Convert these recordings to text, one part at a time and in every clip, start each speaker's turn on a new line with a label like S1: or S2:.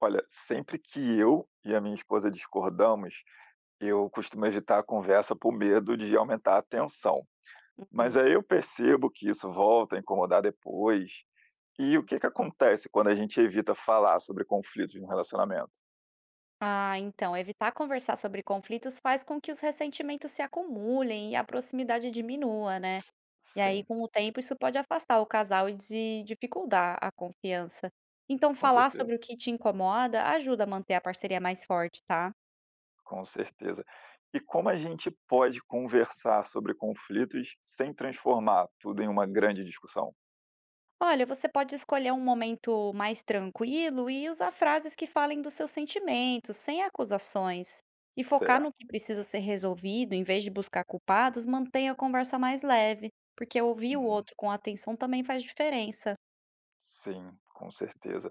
S1: Olha, sempre que eu e a minha esposa discordamos, eu costumo evitar a conversa por medo de aumentar a tensão. Mas
S2: Uhum.
S1: aí eu percebo que isso volta a incomodar depois. E o que que acontece quando a gente evita falar sobre conflitos no relacionamento?
S2: Ah, então, evitar conversar sobre conflitos faz com que os ressentimentos se acumulem e a proximidade diminua, né? E aí,
S1: Sim,
S2: com o tempo, isso pode afastar o casal e de dificultar a confiança. Então,
S1: com
S2: falar
S1: certeza,
S2: sobre o que te incomoda ajuda a manter a parceria mais forte, tá?
S1: com certeza. E como a gente pode conversar sobre conflitos sem transformar tudo em uma grande discussão?
S2: Olha, você pode escolher um momento mais tranquilo e usar frases que falem dos seus sentimentos, sem acusações. E focar no
S1: Certo.
S2: que precisa ser resolvido, em vez de buscar culpados, mantenha a conversa mais leve, porque ouvir o
S1: Uhum.
S2: outro com atenção também faz diferença.
S1: Sim, com certeza.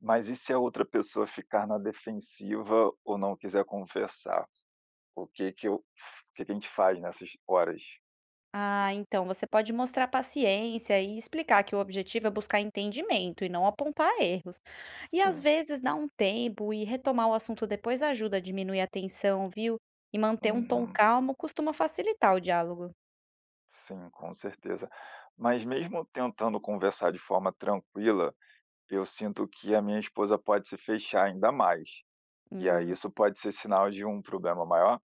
S1: Mas e se a outra pessoa ficar na defensiva ou não quiser conversar? O que que eu o que que a gente faz nessas horas?
S2: Ah, então você pode mostrar paciência e explicar que o objetivo é buscar entendimento e não apontar erros. E às
S1: Sim,
S2: vezes dar um tempo e retomar o assunto depois ajuda a diminuir a tensão, viu? E manter um tom
S1: uhum,
S2: calmo costuma facilitar o diálogo.
S1: sim, com certeza. Mas mesmo tentando conversar de forma tranquila, eu sinto que a minha esposa pode se fechar ainda mais, e aí
S2: Hum,
S1: isso pode ser sinal de um problema maior?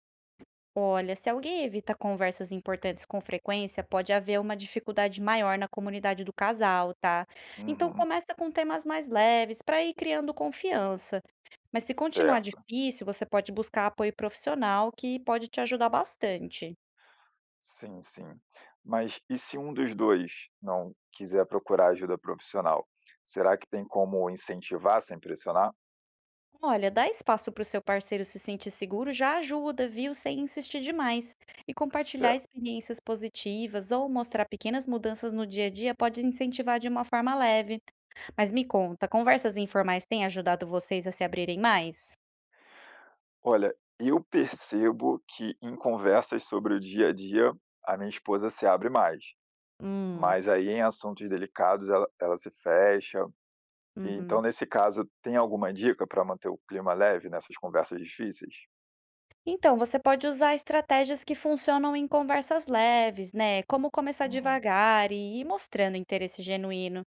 S2: olha, se alguém evita conversas importantes com frequência, pode haver uma dificuldade maior na comunidade do casal, tá? Então
S1: Uhum,
S2: começa com temas mais leves para ir criando confiança. Mas se continuar
S1: certo.
S2: difícil, você pode buscar apoio profissional que pode te ajudar bastante.
S1: Sim, sim. Mas e se um dos 2 não quiser procurar ajuda profissional? Será que tem como incentivar sem pressionar?
S2: Olha, dar espaço para o seu parceiro se sentir seguro já ajuda, viu? Sem insistir demais. E compartilhar
S1: Certo.
S2: experiências positivas ou mostrar pequenas mudanças no dia a dia pode incentivar de uma forma leve. Mas me conta, conversas informais têm ajudado vocês a se abrirem mais?
S1: Olha, eu percebo que em conversas sobre o dia a dia, a minha esposa se abre mais,
S2: Hum,
S1: mas aí em assuntos delicados ela se fecha. E então
S2: uhum.
S1: nesse caso, tem alguma dica para manter o clima leve nessas conversas difíceis?
S2: Então, você pode usar estratégias que funcionam em conversas leves, né? Como começar
S1: Uhum.
S2: devagar e ir mostrando interesse genuíno.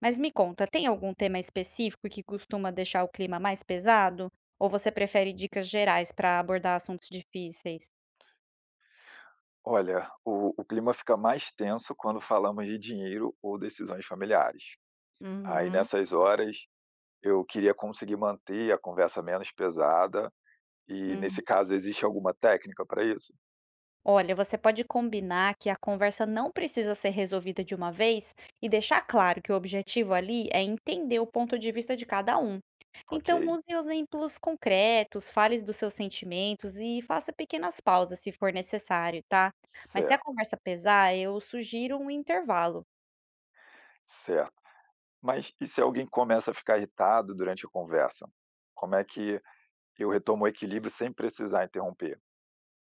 S2: Mas me conta, tem algum tema específico que costuma deixar o clima mais pesado? Ou você prefere dicas gerais para abordar assuntos difíceis?
S1: Olha, o clima fica mais tenso quando falamos de dinheiro ou decisões familiares. Aí
S2: Uhum.
S1: nessas horas, eu queria conseguir manter a conversa menos pesada e, nesse
S2: Uhum.
S1: caso, existe alguma técnica para isso?
S2: Olha, você pode combinar que a conversa não precisa ser resolvida de uma vez e deixar claro que o objetivo ali é entender o ponto de vista de cada um.
S1: Ok,
S2: Então, use exemplos concretos, fale dos seus sentimentos e faça pequenas pausas se for necessário, tá? Mas se a
S1: certo,
S2: conversa pesar, eu sugiro um intervalo.
S1: certo. Mas e se alguém começa a ficar irritado durante a conversa? Como é que eu retomo o equilíbrio sem precisar interromper?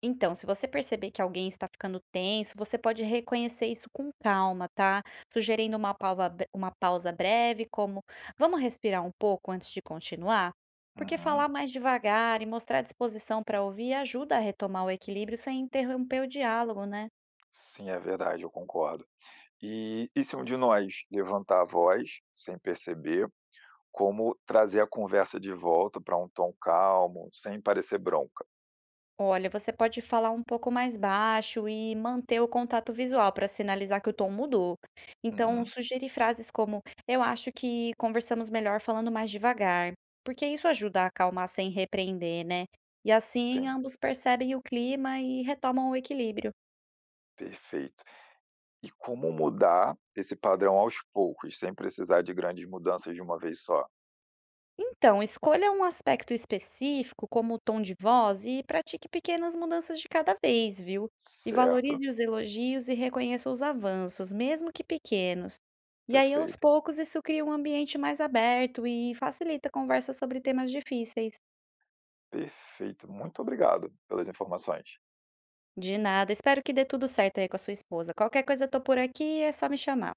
S2: Então, se você perceber que alguém está ficando tenso, você pode reconhecer isso com calma, tá? Sugerindo uma pausa, uma pausa breve, como vamos respirar um pouco antes de continuar? Porque
S1: Uhum,
S2: falar mais devagar e mostrar disposição para ouvir ajuda a retomar o equilíbrio sem interromper o diálogo, né?
S1: sim, é verdade, eu concordo. E se um de nós levantar a voz sem perceber, como trazer a conversa de volta para um tom calmo, sem parecer bronca?
S2: Olha, você pode falar um pouco mais baixo e manter o contato visual para sinalizar que o tom mudou. Então,
S1: Uhum,
S2: sugerir frases como: eu acho que conversamos melhor falando mais devagar, porque isso ajuda a acalmar sem repreender, né? E assim
S1: sim,
S2: ambos percebem o clima e retomam o equilíbrio.
S1: perfeito. E como mudar esse padrão aos poucos, sem precisar de grandes mudanças de uma vez só.
S2: Então, escolha um aspecto específico, como o tom de voz, e pratique pequenas mudanças de cada vez, viu? E
S1: Certo,
S2: valorize os elogios e reconheça os avanços, mesmo que pequenos. E aí, aos
S1: perfeito,
S2: poucos, isso cria um ambiente mais aberto e facilita a conversa sobre temas difíceis.
S1: perfeito. Muito obrigado pelas informações.
S2: De nada, espero que dê tudo certo aí com a sua esposa. Qualquer coisa, eu tô por aqui, é só me chamar.